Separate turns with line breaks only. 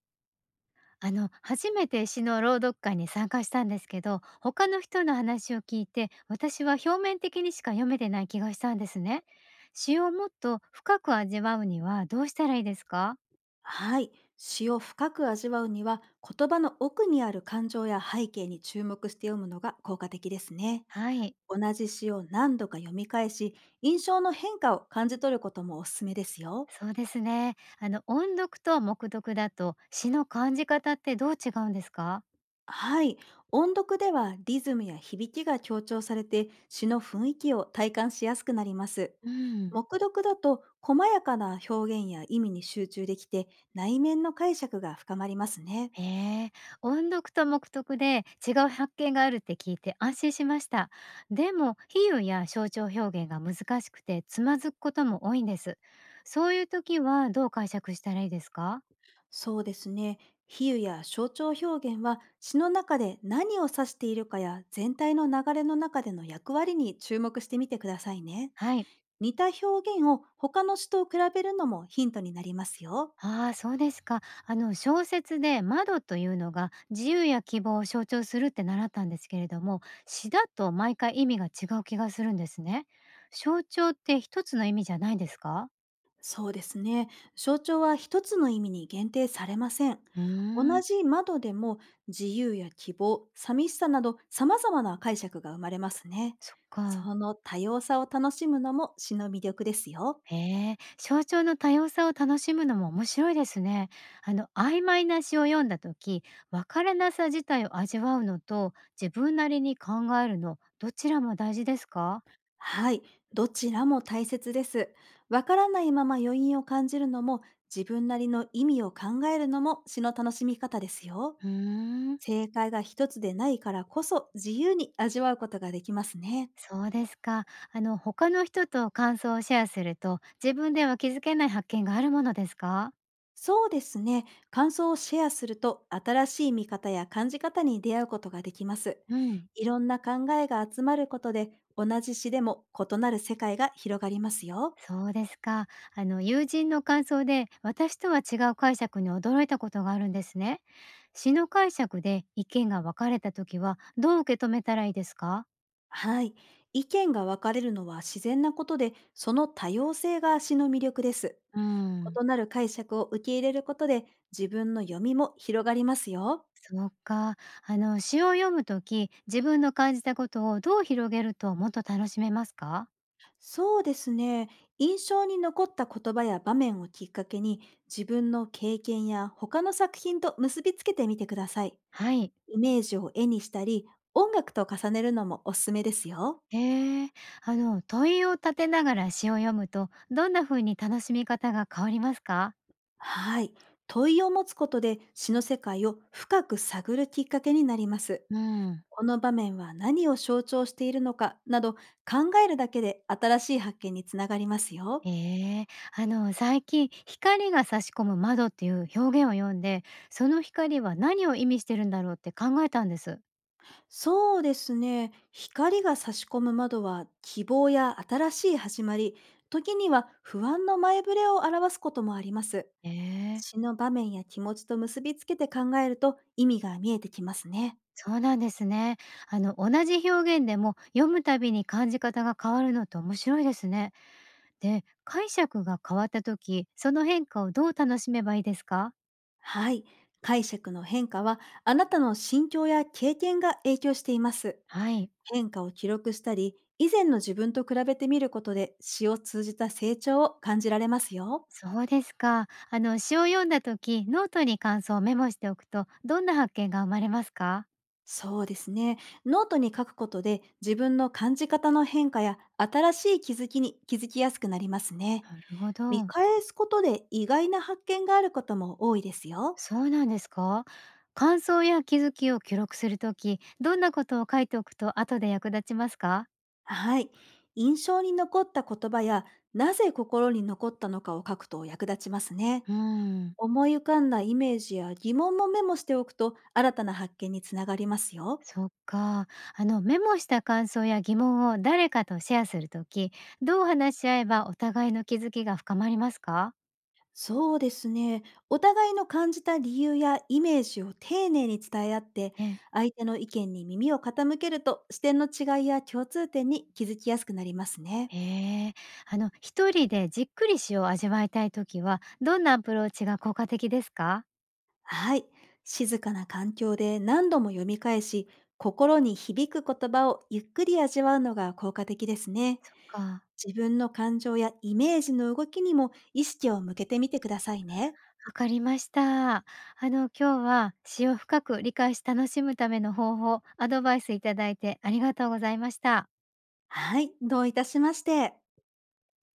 初めて詩の朗読会に参加したんですけど、他の人の話を聞いて、私は表面的にしか読めてない気がしたんですね。詩をもっと深く味わうにはどうしたらいいですか？
はい。詩を深く味わうには、言葉の奥にある感情や背景に注目して読むのが効果的ですね。
はい、
同じ詩を何度か読み返し、印象の変化を感じ取ることもおすすめですよ。
そうですね。音読と目読だと詩の感じ方ってどう違うんですか？
はい。音読ではリズムや響きが強調されて、詩の雰囲気を体感しやすくなります。
うん。
黙読だと、細やかな表現や意味に集中できて、内面の解釈が深まりますね。
へえ、音読と目読で違う発見があるって聞いて安心しました。でも、比喩や象徴表現が難しくてつまずくことも多いんです。そういう時はどう解釈したらいいですか？
そうですね。比喩や象徴表現は詩の中で何を指しているかや全体の流れの中での役割に注目してみてくださいね。
はい。
似た表現を他の詩と比べるのもヒントになりますよ。
ああ、そうですか。小説で窓というのが自由や希望を象徴するって習ったんですけれども、詩だと毎回意味が違う気がするんですね。象徴って一つの意味じゃないですか？
そうですね。象徴は一つの意味に限定されません。
うー
同
ん、
じ窓でも自由や希望、寂しさなど様々な解釈が生まれますね。
そっか。
その多様さを楽しむのも詩の魅力ですよ。
へえ、象徴の多様さを楽しむのも面白いですね。曖昧な詩を読んだ時、わからなさ自体を味わうのと自分なりに考えるの、どちらも大事ですか？
はい、どちらも大切です。わからないまま余韻を感じるのも、自分なりの意味を考えるのも詩の楽しみ方ですよ。
うーん、
正解が一つでないからこそ、自由に味わうことができますね。
そうですか。他の人と感想をシェアすると、自分では気づけない発見があるものですか？
そうですね。感想をシェアすると、新しい見方や感じ方に出会うことができます。
うん。
いろんな考えが集まることで、同じ詩でも異なる世界が広がりますよ。
そうですか。友人の感想で私とは違う解釈に驚いたことがあるんですね。詩の解釈で意見が分かれた時はどう受け止めたらいいですか？
はい。意見が分かれるのは自然なことで、その多様性が詩の魅力です。
うん、
異なる解釈を受け入れることで、自分の読みも広がりますよ。
そうか。詩を読む時自分の感じたことをどう広げるともっと楽しめますか？
そうですね。印象に残った言葉や場面をきっかけに、自分の経験や他の作品と結びつけてみてください。
はい。
イメージを絵にしたり、音楽と重ねるのもおすすめですよ。
へえ、問いを立てながら詩を読むとどんな風に楽しみ方が変わりますか？
はい。問いを持つことで、詩の世界を深く探るきっかけになります。
うん。
この場面は何を象徴しているのかなど考えるだけで、新しい発見につながりますよ。
ええ、最近「光が差し込む窓」っていう表現を読んで、その光は何を意味してるんだろうって考えたんです。
そうですね。光が差し込む窓は希望や新しい始まり、時には不安の前触れを表すこともあります。
ええ。
詩の場面や気持ちと結びつけて考えると、意味が見えてきますね。
そうなんですね。同じ表現でも読むたびに感じ方が変わるのって面白いですね。で、解釈が変わった時、その変化をどう楽しめばいいですか？
はい。解釈の変化は、あなたの心境や経験が影響しています。
はい。
変化を記録したり、以前の自分と比べてみることで、詩を通じた成長を感じられますよ。
そうですか。詩を読んだ時、ノートに感想をメモしておくとどんな発見が生まれますか？
そうですね。ノートに書くことで、自分の感じ方の変化や新しい気づきに気づきやすくなりますね。
なるほ
見
ど。
返すことで、意外な発見があることも多いですよ。
そうなんですか？感想や気づきを記録するとき、どんなことを書いておくと後で役立ちますか？
はい。印象に残った言葉や、なぜ心に残ったのかを書くと役立ちますね。
うーん、
思い浮かんだイメージや疑問もメモしておくと、新たな発見につながりますよ。
そっか。メモした感想や疑問を誰かとシェアするとき、どう話し合えばお互いの気づきが深まりますか？
そうですね。お互いの感じた理由やイメージを丁寧に伝え合って、
え、
相手の意見に耳を傾けると、視点の違いや共通点に気づきやすくなりますね。
へえ。一人でじっくり詩を味わいたいときは、どんなアプローチが効果的ですか？
はい。静かな環境で何度も読み返し、心に響く言葉をゆっくり味わうのが効果的ですね。
そっか。
自分の感情やイメージの動きにも意識を向けてみてくださいね。
わかりました。今日は詩を深く理解し楽しむための方法、アドバイスいただいてありがとうございました。
はい。どういたしまして。